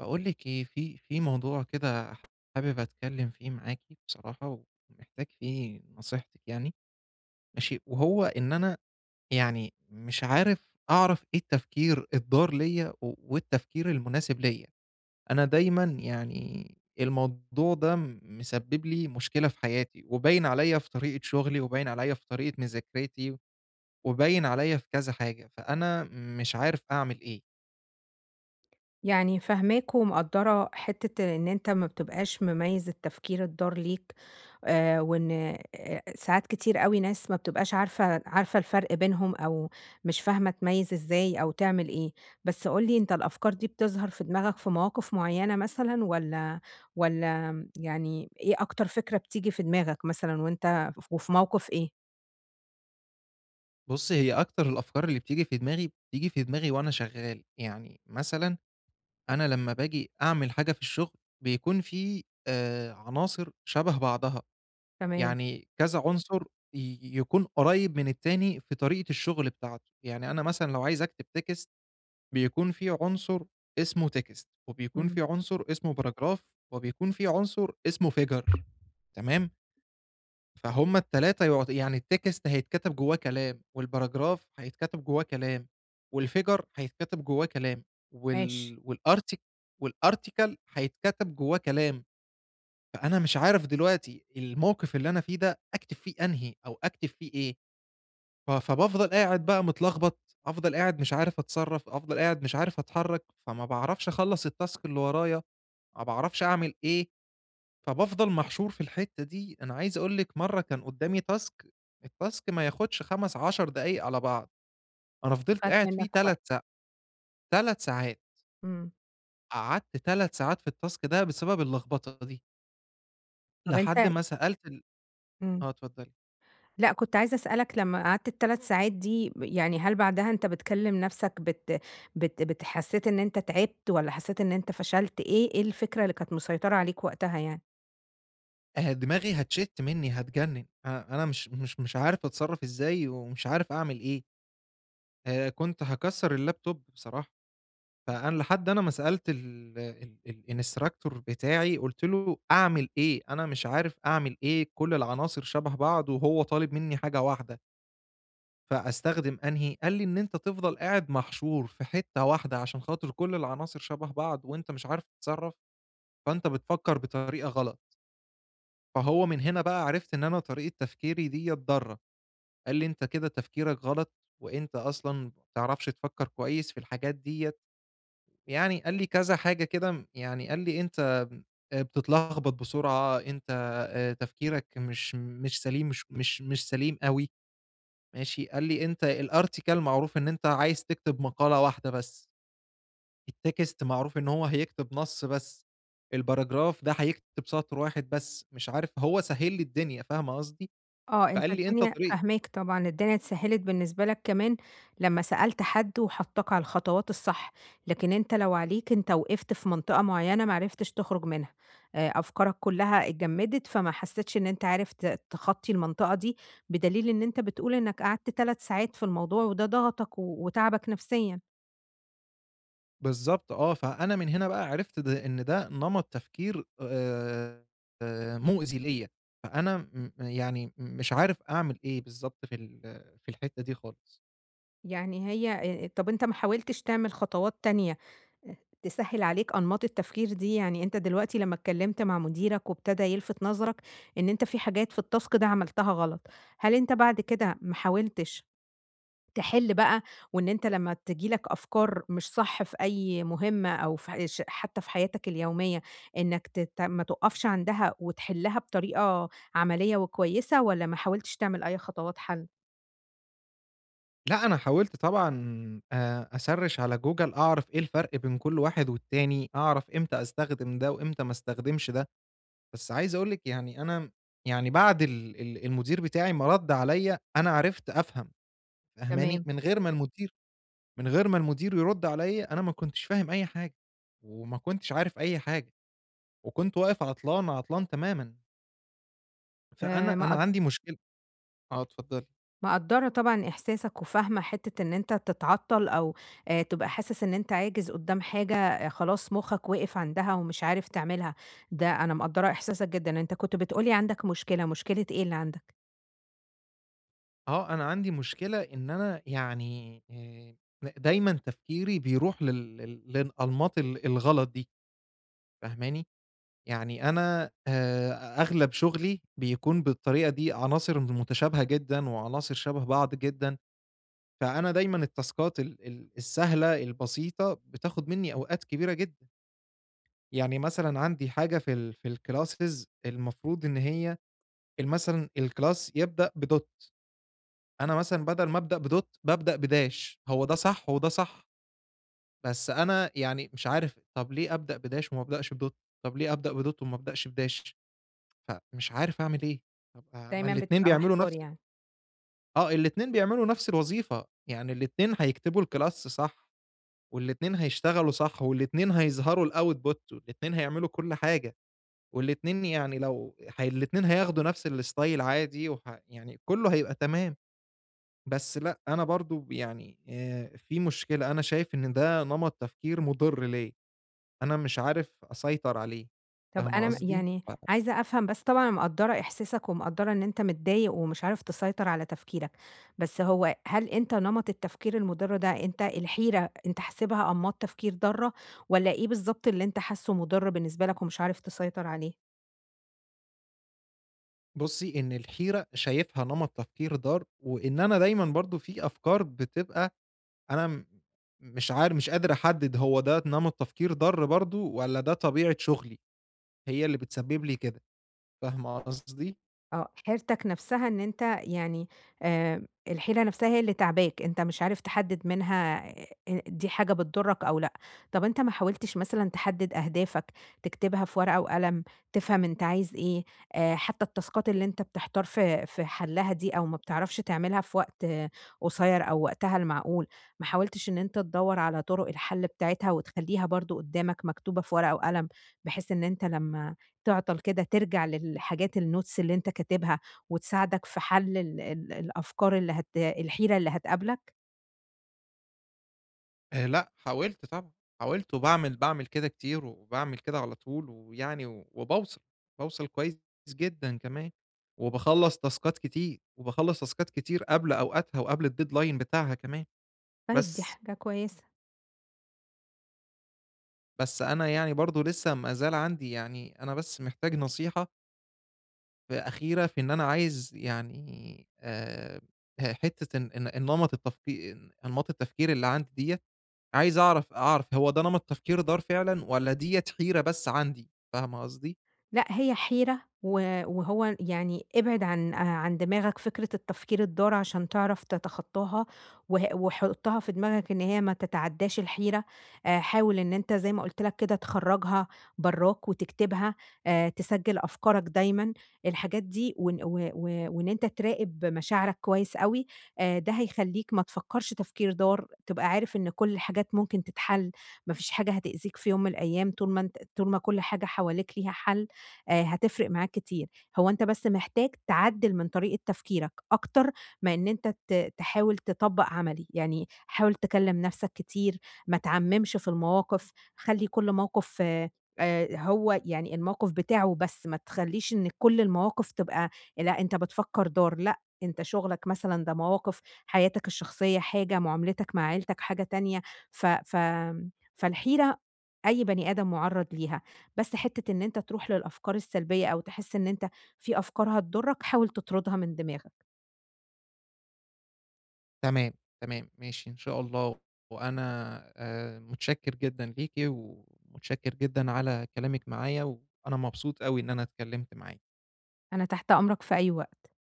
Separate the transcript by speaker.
Speaker 1: باقول لِك إيه، في موضوع كده حابب أتكلّم فيه معاكِ بصراحة، ومحتاج فيه نصيحتِك يعني. ماشي، وهو إن أنا يعني مش عارف أعرف إيه التفكير الضار ليّا والتفكير المناسب ليّا. أنا دايمًا يعني الموضوع ده مسبّب لي مشكلة في حياتي، وباين عليّا في طريقة شغلي، وباين عليّا في طريقة مذاكرتي، وباين عليّا في كذا حاجة، فأنا مش عارف أعمل إيه.
Speaker 2: يعني فاهماك ومقدّرة حتّة إن أنت ما بتبقاش مميّز التفكير الضار ليك، وإن ساعات كتير أوي ناس ما بتبقاش عارفة الفرق بينهم، أو مش فاهمة تميّز إزاي أو تعمل إيه. بس قُل لي، أنت الأفكار دي بتظهر في دماغك في مواقف معيّنة مثلًا، والّا يعني إيه أكتر فكرة بتيجي في دماغك مثلًا، وأنت وفي موقف إيه؟
Speaker 1: بُص، هي أكتر الأفكار اللي بتيجي في دماغي وأنا شغال. يعني مثلًا أنا لمّا باجي أعمل حاجة في الشغل، بيكون في عناصر شبه بعضها.
Speaker 2: تمام.
Speaker 1: يعني كذا عنصر يكون قريب من التاني في طريقة الشغل بتاعته. يعني أنا مثلًا لو عايز أكتب text، بيكون في عنصر اسمه text، وبيكون
Speaker 2: إمم.
Speaker 1: في عنصر اسمه paragraph، وبيكون في عنصر اسمه figure، تمام؟ فهُم ال3 يقعد، يعني الtext هيتكتب جواه كلام، والparagraph هيتكتب جواه كلام، والfigure هيتكتب جواه كلام،
Speaker 2: ماشي.
Speaker 1: وال والartic والarticle هيتكتب جواه كلام. فأنا مش عارف دلوقتي الموقف اللي أنا فيه ده أكتب فيه أنهي أو أكتب فيه إيه. فبافضل قاعد بقى متلخبط، أفضل قاعد مش عارف أتصرّف، أفضل قاعد مش عارف أتحرّك، فما باعرفش أخلّص الtask اللي ورايا، ما باعرفش أعمل إيه. فبافضل محشور في الحتّة دي. أنا عايز أقول لِك، مرّة كان قدّامي task. الtask ما ياخدش 5، 10 دقايق على بعض. أنا فضلت
Speaker 2: خَد
Speaker 1: قاعد
Speaker 2: منّك
Speaker 1: فيه 3
Speaker 2: وقت.
Speaker 1: ساع 3 ساعات.
Speaker 2: إمم.
Speaker 1: قعدت 3 ساعات في الtask ده بسبب اللخبطة دي.
Speaker 2: طَب أنت.
Speaker 1: لحد ما سألت ال
Speaker 2: إمم.
Speaker 1: آه، اتفضلي.
Speaker 2: لأ، كنت عايزة أسألك، لمّا قعدت ال3 ساعات دي يعني هل بعدها أنت بتكلم نَفْسك، بت حسّيت إن أنت تعبت، والّا حسّيت إن أنت فشلت؟ إيه الفكرة اللي كانت مسيطرة عليك وقتها يعني؟
Speaker 1: دماغي هتشِت منّي، هتجنّن. أنا مش عارف أتصرّف إزاي، ومش عارف أعمل إيه. كنت هاكسّر الlaptop بصراحة. فأنا لحد أنا ما سألت ال ال الinstructor بتاعي. قُلت له: "أعمل إيه؟ أنا مش عارف أعمل إيه، كل العناصر شبه بعض وهو طالب منّي حاجة واحدة، فأستخدم أنهي؟" قال لي: "إن أنت تفضل قاعد محشور في حتّة واحدة عشان خاطر كل العناصر شبه بعض وأنت مش عارف تتصرّف، فأنت بتفكّر بطريقة غلط." فهو من هنا بقى عرفت إن أنا طريقة تفكيري ديّة ضارة. قال لي: "أنت كده تفكيرك غلط، وأنت أصلًا ما بتعرفش تفكّر كويس في الحاجات ديّة." يعني قال لي كذا حاجة كده، يعني قال لي: "أنت بتتلخبط بسرعة، أنت تفكيرك مش سليم، مش سليم أوي." ماشي، قال لي: "أنت الarticle معروف إن أنت عايز تكتب مقالة واحدة بس، الtext معروف إن هو هيكتب نَص بس، الparagraph ده هيكتب سطر واحد بس." مش عارف، هو سهِّل لي الدنيا. فاهمة قصدي؟
Speaker 2: آه، أنت
Speaker 1: فقال لي: "أنت
Speaker 2: الدنيا
Speaker 1: طريق
Speaker 2: فاهماك طبعًا، الدنيا اتسهّلت بالنسبة لك كمان لمّا سألت حد وحطّاك على الخطوات الصح، لكن أنت لو عليك، أنت وقفت في منطقة معيّنة ما عرفتش تخرج منها، أفكارك كلّها اتجمّدت، فما حسّيتش إن أنت عارف تخطّي المنطقة دي، بدليل إن أنت بتقول إنك قعدت 3 ساعات في الموضوع، وده ضغطك وتعبك نفسيًا.
Speaker 1: بالضبط آه. فأنا من هنا بقى عرفت ده إن ده نمط تفكير مؤذي ليّا. فأنا يعني مش عارف أعمل إيه بالضبط في في الحتّة دي خالص.
Speaker 2: يعني هي. طَب أنت ما حاولتش تعمل خطوات تانية آآ تسهِّل عليك أنماط التفكير دي؟ يعني أنت دلوقتي لمّا اتكلّمت مع مديرك، وابتدى يلفت نظرك إن أنت في حاجات في الtask ده عملتها غلط، هل أنت بعد كده ما حاولتش تحِل بقى، وإن أنت لمّا تيجي لك أفكار مش صح في أي مهمة، أو في ح ش حتّى في حياتك اليومية، إنّك ت ت ما تُقفش عندها وتحِلّها بطريقة عملية وكويسة، والّا ما حاولتش تعمل أي خطوات حَل؟
Speaker 1: لأ، أنا حاولت طبعًا، أسرِّش على Google أعرف إيه الفرق بين كل واحد والتاني، أعرف إمتى أستخدم ده وإمتى ما استخدمش ده. بس عايز أقول لِك يعني، أنا يعني بعد ال ال المدير بتاعي ما رَد عليّا، أنا عرفت أفهم. فاهماني؟
Speaker 2: تمام.
Speaker 1: من غير ما المدير يرد عليّا أنا ما كنتش فاهم أي حاجة، وما كنتش عارف أي حاجة، وكنت واقف عطلان، عطلان تمامًا. فأنا
Speaker 2: ما
Speaker 1: أنا عندي مشكلة. آه، اتفضلي.
Speaker 2: مقدّرة طبعًا إحساسك، وفاهمة حتّة إن أنت تتعطّل، أو تبقى حاسس إن أنت عاجز قدّام حاجة. آه، خلاص مُخّك وقف عندها ومش عارف تعملها. ده أنا مقدّرة إحساسك جدًا. أنت كنت بتقول لي عندك مشكلة، مشكلة إيه اللي عندك؟
Speaker 1: آه، أنا عندي مشكلة إن أنا يعني، دايمًا تفكيري بيروح لل لل للأنماط الغلط دي. فاهماني؟ يعني أنا، أغلب شغلي بيكون بالطريقة دي، عناصر متشابهة جدًا، وعناصر شبه بعض جدًا. فأنا دايمًا التاسكات ال ال السهلة، البسيطة، بتاخد مني أوقات كبيرة جدًا. يعني مثلًا عندي حاجة في في الclasses. المفروض إن هي مثلًا الclass يبدأ بدوت. أنا مثلًا بدل ما أبدأ بدوت بابدأ بداش، هو ده صح وده صح. بس أنا يعني مش عارف، طب ليه أبدأ بداش وما أبدأش بدوت، طب ليه أبدأ بدوت وما أبدأش بداش. فمش عارف أعمل إيه. طب ما
Speaker 2: دايمًا
Speaker 1: الاتنين
Speaker 2: بتبقى
Speaker 1: بيعملوا
Speaker 2: محتار
Speaker 1: نفس
Speaker 2: يعني.
Speaker 1: آه، الاتنين بيعملوا نفس الوظيفة. يعني الاتنين هيكتبوا الclass صح، والاتنين هيشتغلوا صح، والاتنين هيظهروا الoutput، والاتنين هيعملوا كل حاجة. والاتنين يعني لو هي الاتنين هياخدوا نفس الstyle عادي، يعني كُلّه هيبقى تمام. بس لأ، أنا برضه يعني في مشكلة. أنا شايف إن ده نمط تفكير مُضِر ليّا، أنا مش عارف أسيطر عليه.
Speaker 2: طب
Speaker 1: فاهمة
Speaker 2: أنا
Speaker 1: قصدي؟
Speaker 2: يعني عايزة أفهم بس، طبعًا أنا مقدّرة إحساسك ومقدّرة إن أنت متضايق ومش عارف تسيطر على تفكيرك، بس هو هل أنت نمط التفكير المُضِر ده، أنت الحيرة أنت حاسبها أنماط تفكير ضارة، والّا إيه بالضبط اللي أنت حاسّه مُضِر بالنسبة لك ومش عارف تسيطر عليه؟
Speaker 1: فبُصّي، إن الحيرة شايفها نمط تفكير ضار. وإن أنا دايمًا برضه في أفكار بتبقى، أنا م مش قادر أحدِّد هو ده نمط تفكير ضار برضه والّا ده طبيعة شُغلي، هي اللي بتسبب لي كده. فاهمة قصدي؟
Speaker 2: آه، حيرتك نفسها إن أنت يعني، الحيرة نفسها هي اللي تاعباك، أنت مش عارف تحدد منها، دي حاجة بتضرك أو لأ. طب أنت ما حاولتش مثلًا تحدد أهدافك، تكتبها في ورقة وقلم، تفهم أنت عايز إيه، حتى التاسكات اللي أنت بتحتار في حلها دي، أو ما بتعرفش تعملها في وقت آه قصير، أو وقتها المعقول، ما حاولتش إن أنت تدوّر على طرق الحل بتاعتها، وتخليها برضه قدامك مكتوبة في ورقة وقلم، بحيث إن أنت لمّا تعطل كده ترجع للحاجات الnotes اللي أنت كاتبها، وتساعدك في حل ال ال الأفكار اللي الحيرة اللي هتقابلك؟
Speaker 1: لأ، حاولت طبعًا. حاولت وباعمل كده كتير، وباعمل كده على طول. ويعني وباوصل، باوصل كويس جدًا كمان. وباخلّص تاسكات كتير، وباخلّص تاسكات كتير قبل أوقاتها وقبل الdeadline بتاعها كمان.
Speaker 2: طيب دي
Speaker 1: بس
Speaker 2: حاجة كويسة.
Speaker 1: بس أنا يعني برضه لسه ما زال عندي يعني. أنا بس محتاج نصيحة أخيرة في إن أنا عايز يعني، حتة إن النمط التفكي أنماط التفكير اللي عندي ديّة، عايز أعرف هو ده نمط تفكير دار فعلًا والّا ديّة حيرة بس عندي. فاهمة قصدي؟
Speaker 2: لأ، هي حيرة، وهو يعني ابعد عن عن دماغك فكرة التفكير الضار عشان تعرف تتخطاها، وحُطّها في دماغك إن هي ما تتعدّاش الحيرة. حاول إن أنت زي ما قُلت لك كده تخرّجها براك وتكتبها، تسجّل أفكارك دايمًا، الحاجات دي، وإن و و وإن أنت تراقب مشاعرك كويس أوي. ده هيخلّيك ما تفكّرش تفكير ضار، تبقى عارف إن كل الحاجات ممكن تتحل، ما فيش حاجة هتأذيك في يوم من الأيام، طول ما أنت، طول ما كل حاجة حواليك ليها حل. هتفرق معاك كتير. هو أنت بس محتاج تعدِّل من طريقة تفكيرك، أكتر ما إن أنت تحاول تطبّق عملي. يعني حاول تكلّم نَفْسك كتير، ما تعمّمش في المواقف، خلّي كل موقف هو يعني الموقف بتاعه بس، ما تخلّيش إن كل المواقف تبقى. لأ، أنت بتفكّر دار، لأ، أنت شُغلك مثلًا ده مواقف، حياتك الشخصية حاجة، معاملتك مع عيلتك حاجة تانية، ف ف فالحيرة أي بني آدم مُعرّض ليها. بس حتّة إن أنت تروح للأفكار السلبية أو تحس إن أنت في أفكار هتضرّك، حاول تطردها من دماغك.
Speaker 1: تمام، تمام، ماشي إن شاء الله. وأنا متشكّر جدًا ليكِ، ومتشكّر جدًا على كلامِك معايا. وأنا مبسوط أوي إن أنا اتكلّمت معاكِ.
Speaker 2: أنا تحت أمرك في أي وقت.